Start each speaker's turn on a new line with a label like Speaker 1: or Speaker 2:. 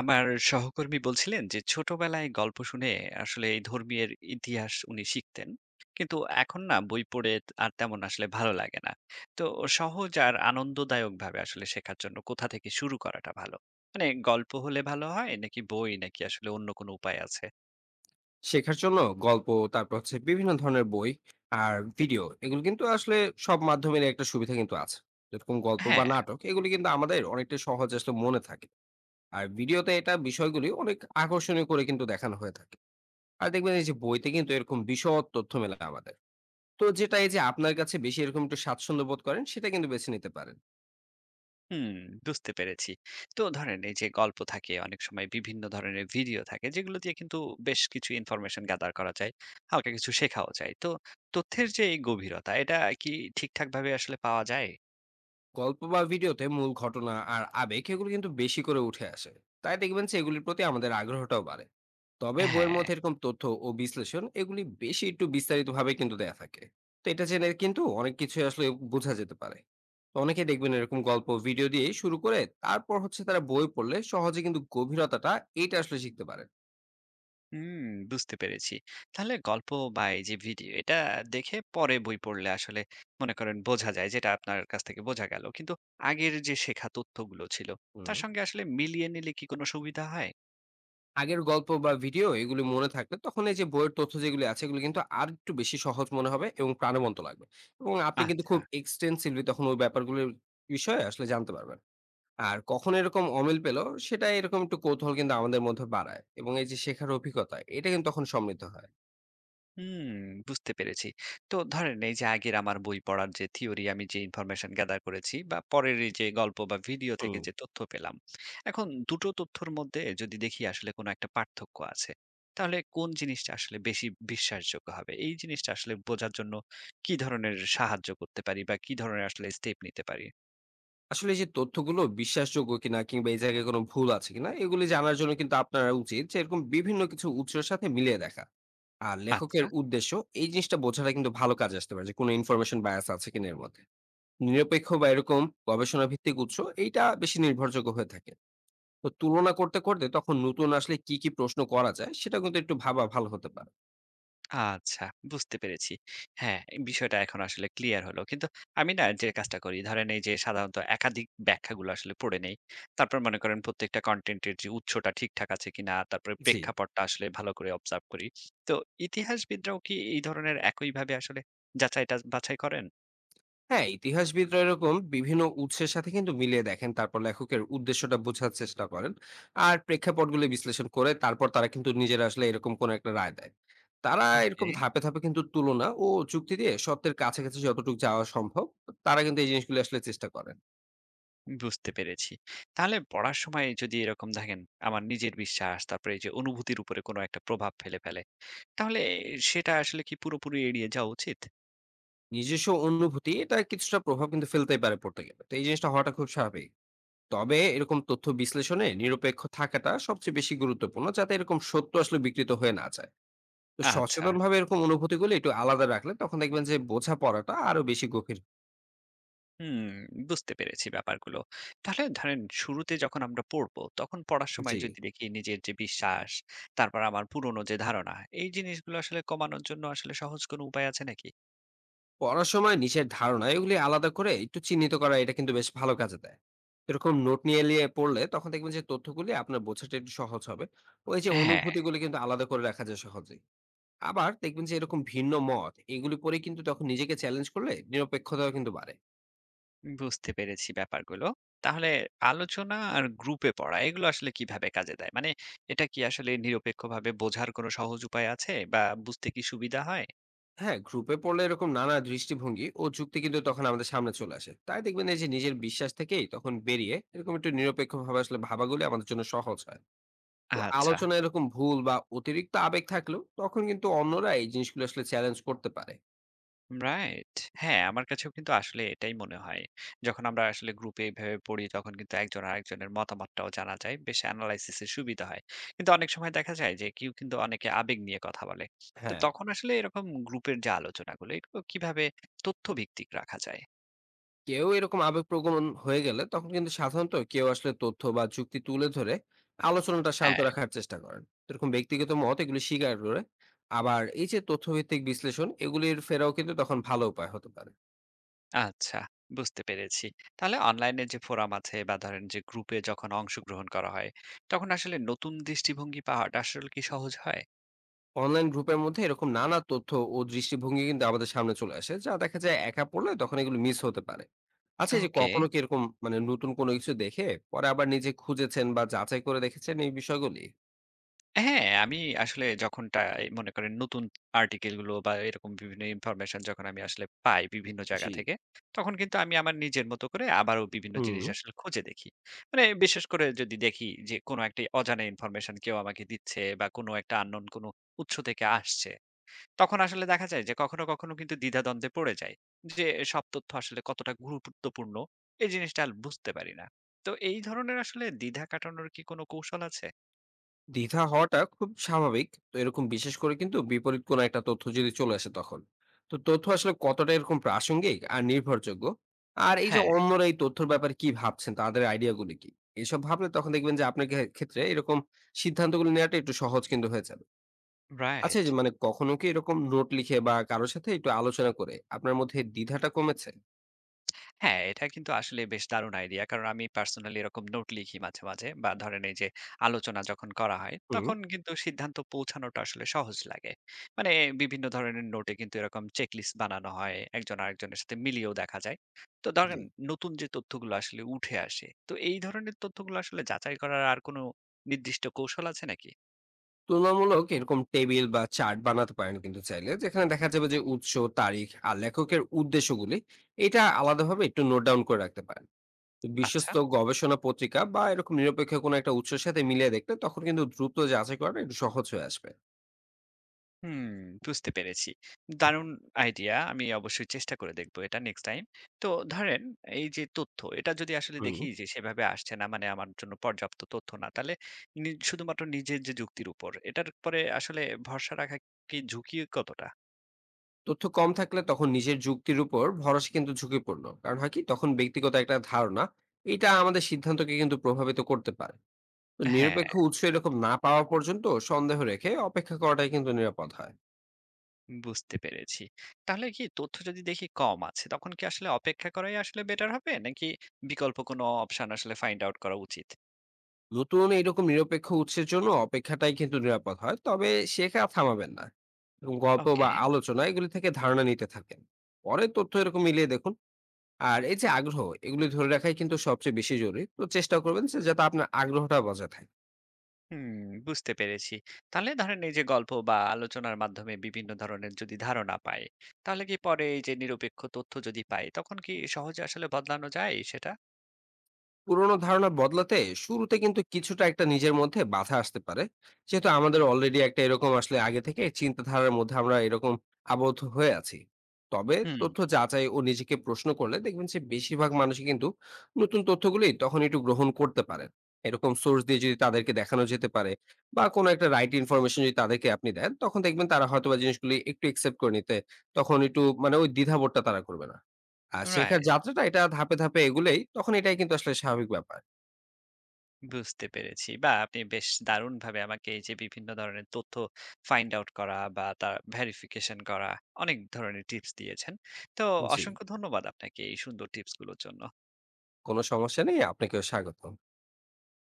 Speaker 1: আমার সহকর্মী বলছিলেন যে ছোটবেলায় গল্প শুনে আসলে এই ধর্মীয় ইতিহাস উনি শিখতেন, কিন্তু এখন না বই পড়ে আর তেমন আসলে ভালো লাগে না। তো সহজ আর আনন্দদায়ক ভাবে আসলে শেখার জন্য কোথা থেকে শুরু করাটা ভালো? মানে গল্প হলে ভালো হয় নাকি বই, নাকি আসলে অন্য কোনো উপায় আছে?
Speaker 2: শেখার জন্য গল্প, তারপর হচ্ছে বিভিন্ন ধরনের বই আর ভিডিও। এগুলো কিন্তু আসলে সব মাধ্যমের একটা সুবিধা কিন্তু আছে। যেরকম গল্প বা
Speaker 1: হ্যাঁ।
Speaker 2: নাটক এগুলি কিন্তু আমাদের অনেকটা সহজ আসলে মনে থাকে। আর ভিডিওতে এটা বিষয়গুলি অনেক আকর্ষণীয় করে কিন্তু দেখানো হয়ে থাকে। আর দেখবেন এই যে বইতে কিন্তু এরকম বিশদ তথ্য মেলে আমাদের। তো যেটা এই যে আপনার কাছে বেশি এরকম একটু স্বাচ্ছন্দ্য বোধ করেন, সেটা কিন্তু বেছে নিতে পারেন।
Speaker 1: হুম, বুঝতে পেরেছি। তো ধরেন এই যে গল্প থাকে, অনেক সময় বিভিন্ন ধরনের ভিডিও থাকে যেগুলো দিয়ে কিন্তু বেশ কিছু ইনফরমেশন গ্যাদার করা যায়। হালকা কিছু শেখাও যায়। তো তথ্যের যে এই গভীরতা, এটা কি ঠিকঠাকভাবে আসলে পাওয়া যায়?
Speaker 2: গল্প বা ভিডিওতে মূল ঘটনা আর আবেগ এগুলো কিন্তু বেশি করে উঠে আসে, তাই দেখবেন যে এগুলির প্রতি আমাদের আগ্রহটাও বাড়ে। তবে বইয়ের
Speaker 1: হ্যাঁ।
Speaker 2: মধ্যে এরকম তথ্য ও বিশ্লেষণ এগুলি বেশি একটু বিস্তারিতভাবে কিন্তু দেয়া থাকে। তো এটা জেনে কিন্তু অনেক কিছু আসলে বোঝা যেতে পারে। তো অনেকে দেখবেন এরকম গল্প ভিডিও দিয়ে শুরু করে, তারপর হচ্ছে তারা বই পড়লে সহজে কিন্তু গভীরতাটা এটা আসলে শিখতে পারে।
Speaker 1: হুম, বুঝতে পেরেছি। তাহলে গল্প বা এই যে ভিডিও, এটা দেখে পরে বই পড়লে আসলে মনে করেন বোঝা যায়, যেটা আপনার কাছ থেকে বোঝা গেল। কিন্তু আগের যে শেখা তথ্যগুলো ছিল তার
Speaker 2: হুম।
Speaker 1: সঙ্গে আসলে মিলিয়ে নিলে কি কোনো সুবিধা হয়?
Speaker 2: আগের গল্প বা ভিডিও এগুলি মনে থাকলে তখন এই যে বইয়ের তথ্য যেগুলি আছে এগুলো কিন্তু আর একটু বেশি সহজ মনে হবে এবং প্রাণবন্ত লাগবে। এবং আপনি কিন্তু
Speaker 1: আচ্ছা।
Speaker 2: খুব এক্সটেন্সিভলি তখন ওই ব্যাপারগুলোর বিষয়ে আসলে জানতে পারবেন। আর কখন এরকম অমিল পেল, সেটা এরকম একটু কৌতূহল কিন্তু আমাদের মধ্যে বাড়ায়, এবং এই যে শেখার অভিজ্ঞতা এটা কিন্তু তখন সমৃদ্ধ হয়।
Speaker 1: হুম, বুঝতে পেরেছি। তো ধরেন এই যে আগের আমার বই পড়ার যে থিওরি, আমি যে ইনফরমেশন গ্যাদার করেছি বা পরের এই যে গল্প বা ভিডিও
Speaker 2: হুম।
Speaker 1: থেকে যে তথ্য পেলাম, এখন দুটো তথ্যর মধ্যে যদি দেখি আসলে কোনো একটা পার্থক্য আছে, তাহলে কোন জিনিসটা আসলে বেশি বিশ্বাসযোগ্য হবে? এই জিনিসটা আসলে বোঝার জন্য কি ধরনের সাহায্য করতে পারি, বা কি ধরনের আসলে স্টেপ নিতে পারি?
Speaker 2: আসলে এই যে তথ্যগুলো বিশ্বাসযোগ্য কিনা কিংবা এই জায়গায় কোনো ভুল আছে কিনা এগুলি জানার জন্য কিন্তু আপনার উচিত যে এরকম বিভিন্ন কিছু উৎসের সাথে মিলিয়ে দেখা। আর লেখকের
Speaker 1: আচ্ছা।
Speaker 2: উদ্দেশ্য এই জিনিসটা বোঝাটা কিন্তু ভালো কাজে আসতে পারে, যে কোনো ইনফরমেশন বায়াস আছে কিনা এর মধ্যে। নিরপেক্ষ বা এরকম গবেষণা ভিত্তিক উৎস এইটা বেশি নির্ভরযোগ্য হয়ে থাকে। তো তুলনা করতে করতে তখন নতুন আসলে কি কি প্রশ্ন করা যায় সেটা কিন্তু একটু ভাবা ভালো হতে পারে।
Speaker 1: আচ্ছা, বুঝতে পেরেছি। হ্যাঁ, এই বিষয়টা এখন আসলে ক্লিয়ার হলো। কিন্তু আমি না যে কাজটা করি, ধরেন এই যে সাধারণত একাধিক ব্যাখ্যাগুলো আসলে পড়ে নেই। তারপর মনে করেন প্রত্যেকটা কনটেন্টের যে উৎসটা ঠিকঠাক আছে কিনা, তারপরে
Speaker 2: জি।
Speaker 1: প্রেক্ষাপটটা আসলে ভালো করে অবজার্ভ করি। তো ইতিহাসবিদরাও কি এই ধরনের একইভাবে আসলে যাচাইটা বাছাই করেন?
Speaker 2: হ্যাঁ, ইতিহাসবিদরা এরকম বিভিন্ন উৎসের সাথে কিন্তু মিলিয়ে দেখেন। তারপর লেখকের উদ্দেশ্যটা বোঝার চেষ্টা করেন। আর প্রেক্ষাপটগুলো বিশ্লেষণ করে তারপর তারা কিন্তু নিজেরা আসলে এরকম কোন একটা রায় দেয়। তারা
Speaker 1: ওকে,
Speaker 2: এরকম ধাপে ধাপে কিন্তু তুলনা ও যুক্তি দিয়ে সত্যের কাছাকাছি যতটুকু যাওয়া সম্ভব, তারা কিন্তু এই জিনিসগুলো আসলে চেষ্টা করেন।
Speaker 1: বুঝতে পেরেছি। তাহলে পড়ার সময় যদি এরকম দেখেন আমার নিজের বিশ্বাস, তারপরে এই যে অনুভূতির উপরে কোনো একটা প্রভাব ফেলে ফেলে, তাহলে সেটা আসলে কি পুরোপুরি এড়িয়ে যাওয়া উচিত?
Speaker 2: নিজস্ব অনুভূতি এটা কিছুটা প্রভাব কিন্তু ফেলতেই পারে পড়তে গেলে। তো এই জিনিসটা হওয়াটা খুব স্বাভাবিক। তবে এরকম তথ্য বিশ্লেষণে নিরপেক্ষ থাকাটা সবচেয়ে বেশি গুরুত্বপূর্ণ, যাতে এরকম সত্য আসলে বিকৃত হয়ে না যায়। তো
Speaker 1: আচ্ছা।
Speaker 2: সচেতনভাবে এরকম অনুভূতিগুলো একটু আলাদা রাখলে তখন দেখবেন যে বোঝাপড়াটা আরো বেশি গভীর হয়।
Speaker 1: হুম, বুঝতে পেরেছি ব্যাপারগুলো। তাহলে ধরেন শুরুতে যখন আমরা পড়বো, তখন পড়ার সময়
Speaker 2: জি।
Speaker 1: যদি দেখি নিজের যে বিশ্বাস, তারপর আমার পুরনো যে ধারণা, এই জিনিসগুলো আসলে কমানোর জন্য আসলে সহজ কোনো উপায় আছে নাকি?
Speaker 2: পড়ার সময় নিজের ধারণা এগুলি আলাদা করে একটু চিহ্নিত করা এটা কিন্তু বেশ ভালো কাজে দেয়। এরকম নোট নিয়ে নিয়ে পড়লে তখন দেখবেন যে তথ্যগুলি আপনার বোঝাটা একটু সহজ হবে। ওই যে
Speaker 1: হ্যাঁ,
Speaker 2: অনুভূতিগুলি কিন্তু আলাদা করে রাখা যায় সহজেই। আবার দেখবেন যে এরকম ভিন্ন মত এগুলি পরে কিন্তু তখন নিজেকে চ্যালেঞ্জ করলে নিরপেক্ষতাও কিন্তু বাড়ে।
Speaker 1: বুঝতে পেরেছি ব্যাপারগুলো। তাহলে আলোচনা আর গ্রুপে পড়া, এগুলো আসলে কিভাবে কাজে দেয়? মানে এটা কি আসলে নিরপেক্ষভাবে বোঝার কোনো সহজ উপায় আছে, বা বুঝতে কি সুবিধা হয়?
Speaker 2: হ্যাঁ, গ্রুপে পড়লে এরকম নানা দৃষ্টিভঙ্গি ও যুক্তি কিন্তু তখন আমাদের সামনে চলে আসে, তাই দেখবেন এই যে নিজের বিশ্বাস থেকেই তখন বেরিয়ে এরকম একটু নিরপেক্ষ ভাবে আসলে ভাবাগুলি আমাদের জন্য সহজ হয়। তো
Speaker 1: আচ্ছা।
Speaker 2: আলোচনা এরকম ভুল বা অতিরিক্ত আবেগ থাকলেও তখন কিন্তু অন্যরা এই জিনিসগুলো আসলে চ্যালেঞ্জ করতে পারে।
Speaker 1: রাইট। হ্যাঁ, আমার কাছেও কিন্তু আসলে এটাই মনে হয়। যখন আমরা আসলে গ্রুপে এভাবে পড়ি তখন কিন্তু একজন আরেকজনের মতামতটাও জানা যায়। বেশ এনালাইসিস এর সুবিধা হয়। কিন্তু অনেক সময় দেখা যায় যে কেউ কিন্তু, অনেকে আবেগ নিয়ে কথা বলে। তো
Speaker 2: হ্যাঁ।
Speaker 1: তখন আসলে এরকম গ্রুপের যে আলোচনাগুলো, এগুলো কিভাবে তথ্যভিত্তিক রাখা যায়?
Speaker 2: কেউ এরকম আবেগ প্রগমন হয়ে গেলে তখন কিন্তু সাধারণত কেউ আসলে তথ্য বা যুক্তি তুলে ধরে আলোচনাটা শান্ত
Speaker 1: হ্যাঁ।
Speaker 2: রাখার চেষ্টা করেন। এরকম ব্যক্তিগত মত এগুলো স্বীকার করে আবার এই যে তথ্যভিত্তিক বিশ্লেষণ এগুলির ফেরাও কিন্তু তখন ভালো উপায় হতে পারে।
Speaker 1: আচ্ছা, বুঝতে পেরেছি। তাহলে অনলাইনে যে ফোরাম আছে বা ধরেন যে গ্রুপে যখন অংশগ্রহণ করা হয়, তখন আসলে নতুন দৃষ্টিভঙ্গি পাওয়াটা আসলে কি সহজ হয়?
Speaker 2: অনলাইন গ্রুপের মধ্যে এরকম নানা তথ্য ও দৃষ্টিভঙ্গি কিন্তু আমাদের সামনে চলে আসে, যা দেখা যায় একা পড়লে তখন এগুলো মিস হতে পারে। আচ্ছা, এই যে
Speaker 1: ওকে।
Speaker 2: কখনো কি এরকম নতুন কোনো কিছু দেখে পরে আবার নিজে খুঁজেছেন বা যাচাই করে দেখেছেন এই বিষয়গুলি?
Speaker 1: হ্যাঁ, আমি আসলে, যখন টাই মনে করেন নতুন আর্টিকেল গুলো বা এরকম বিভিন্ন ইনফরমেশন যখন আমি আসলে পাই বিভিন্ন জায়গা
Speaker 2: জি।
Speaker 1: থেকে, তখন কিন্তু আমি আমার নিজের মতো করে আবারও বিভিন্ন
Speaker 2: হুম।
Speaker 1: জিনিস আসলে খুঁজে দেখি। মানে বিশেষ করে যদি দেখি যে কোনো একটা অজানা ইনফরমেশন কেউ আমাকে দিচ্ছে বা কোনো একটা আননোন কোনো উৎস থেকে আসছে, তখন আসলে দেখা যায় যে কখনো, কখনো কিন্তু দ্বিধাদ্বন্দ্বে পড়ে যাই। যে সব তথ্য আসলে কতটা গুরুত্বপূর্ণ এই জিনিসটা আর বুঝতে পারি না। তো এই ধরনের আসলে দ্বিধা কাটানোর কি কোনো কৌশল আছে?
Speaker 2: দ্বিধা হওয়াটা খুব স্বাভাবিক, তো এরকম বিশেষ করে কিন্তু বিপরীত কোনো একটা তথ্য যদি চলে আসে তখন। তো তথ্য আসলে কতটা এরকম প্রাসঙ্গিক আর নির্ভরযোগ্য, আর এই যে
Speaker 1: হ্যাঁ।
Speaker 2: অন্যরা এই তথ্যের ব্যাপারে কি ভাবছেন, তাদের আইডিয়াগুলো কি, এসব ভাবলে তখন দেখবেন যে আপনার ক্ষেত্রে এরকম সিদ্ধান্তগুলো নেওয়াটা একটু সহজ কিন্তু হয়ে যাবে। আচ্ছা,
Speaker 1: রাইট।
Speaker 2: এই যে কখনো কি এরকম নোট লিখে বা কারোর সাথে একটু আলোচনা করে আপনার মধ্যে দ্বিধাটা কমেছে?
Speaker 1: হ্যাঁ, এটা কিন্তু আসলে বেশ দারুণ আইডিয়া। কারণ আমি পার্সোনালি এরকম নোট লিখি মাঝে, মাঝে, বা ধরেন এই যে আলোচনা যখন করা হয়,
Speaker 2: হুম।
Speaker 1: তখন কিন্তু সিদ্ধান্ত পৌঁছানোটা আসলে সহজ লাগে। মানে বিভিন্ন ধরনের নোটে কিন্তু এরকম চেকলিস্ট বানানো হয়। একজন আরেকজনের সাথে মিলিয়েও দেখা যায়। তো
Speaker 2: জি।
Speaker 1: ধরেন নতুন যে তথ্যগুলো আসলে উঠে আসে, তো এই ধরনের তথ্যগুলো আসলে যাচাই করার আর কোনো নির্দিষ্ট কৌশল আছে নাকি?
Speaker 2: তুলনামূলক এরকম টেবিল বা চার্ট বানাতে পারেন কিন্তু চাইলে, যেখানে দেখা যাবে যে উৎস, তারিখ আর লেখকের উদ্দেশ্যগুলি এটা আলাদাভাবে একটু নোট ডাউন করে রাখতে পারেন।
Speaker 1: আচ্ছা।
Speaker 2: বিশ্বস্ত গবেষণা পত্রিকা বা এরকম নিরপেক্ষ কোনো একটা উৎসের সাথে মিলিয়ে দেখলে তখন কিন্তু দ্রুত যাচাই করা একটু সহজ হয়ে আসবে।
Speaker 1: হুম, বুঝতে পেরেছি। দারুণ আইডিয়া। আমি অবশ্যই চেষ্টা করে দেখব এটা নেক্সট টাইম। তো ধরেন এই যে তথ্য, এটা যদি আসলে
Speaker 2: হুম।
Speaker 1: দেখি যে সেভাবে আসছে না, মানে আমার জন্য পর্যাপ্ত তথ্য না, তাহলে নি শুধুমাত্র নিজের যে যুক্তির উপর, এটার পরে আসলে ভরসা রাখা কি ঝুঁকি কতটা?
Speaker 2: তথ্য কম থাকলে তখন নিজের যুক্তির উপর ভরসা কিন্তু ঝুঁকিপূর্ণ, কারণ হয় কি তখন ব্যক্তিগত একটা ধারণা এটা আমাদের সিদ্ধান্তকে কিন্তু প্রভাবিত করতে পারে। তো
Speaker 1: হ্যাঁ,
Speaker 2: নিরপেক্ষ উৎস এরকম না পাওয়া পর্যন্ত সন্দেহ রেখে অপেক্ষা করাটাই কিন্তু নিরাপদ হয়।
Speaker 1: বুঝতে পেরেছি। তাহলে কি তথ্য যদি দেখি কম আছে, তখন কি আসলে অপেক্ষা করাই আসলে বেটার হবে? নাকি বিকল্প কোনো অপশন আসলে ফাইন্ড আউট করা উচিত?
Speaker 2: নতুন এরকম নিরপেক্ষ উৎসের জন্য অপেক্ষাটাই কিন্তু নিরাপদ হয়, তবে শেখা থামাবেন না এবং গল্প
Speaker 1: ওকে।
Speaker 2: বা আলোচনা এগুলি থেকে ধারণা নিতে থাকেন। পরে তথ্য এরকম মিলিয়ে দেখুন। আর এই যে আগ্রহ এগুলি ধরে রাখাই কিন্তু সবচেয়ে বেশি জরুরি, তো চেষ্টা করবেন যে যাতে আপনার আগ্রহটা বজায় থাকে।
Speaker 1: হুম, বুঝতে পেরেছি। তাহলে ধরেন এই যে গল্প বা আলোচনার মাধ্যমে বিভিন্ন ধরনের যদি ধারণা পাই, তাহলে কি পরে এই যে নিরপেক্ষ তথ্য যদি পাই, তখন কি সহজে আসলে বদলানো যায় সেটা?
Speaker 2: পুরোনো ধারণা বদলাতে শুরুতে কিন্তু কিছুটা একটা নিজের মধ্যে বাধা আসতে পারে, যেহেতু আমাদের অলরেডি একটা এরকম আসলে আগে থেকে চিন্তাধারার মধ্যে আমরা এরকম আবদ্ধ হয়ে আছি। তবে
Speaker 1: হুম।
Speaker 2: তথ্য যাচাই ও নিজেকে প্রশ্ন করলে দেখবেন যে বেশিরভাগ মানুষই কিন্তু নতুন তথ্যগুলি তখন একটু গ্রহণ করতে পারে। এরকম সোর্স দিয়ে যদি তাদেরকে দেখানো যেতে পারে বা কোনো একটা রাইট ইনফরমেশন যদি তাদেরকে আপনি দেন, তখন দেখবেন তারা হয়তো বা জিনিসগুলি একটু একসেপ্ট করে নিতে। তখন একটু ওই দ্বিধাবোধটা তারা করবে না। আর শেখার
Speaker 1: রাইট,
Speaker 2: যাত্রাটা এটা ধাপে ধাপে এগুলেই তখন এটাই কিন্তু আসলে স্বাভাবিক ব্যাপার।
Speaker 1: বুঝতে পেরেছি। বা আপনি বেশ দারুণভাবে আমাকে এই যে বিভিন্ন ধরনের তথ্য ফাইন্ড আউট করা বা তার ভেরিফিকেশন করা অনেক ধরনের টিপস দিয়েছেন। তো
Speaker 2: জি,
Speaker 1: অসংখ্য ধন্যবাদ আপনাকে এই সুন্দর টিপসগুলোর জন্য।
Speaker 2: কোন সমস্যা নেই। আপনাকেও স্বাগতম।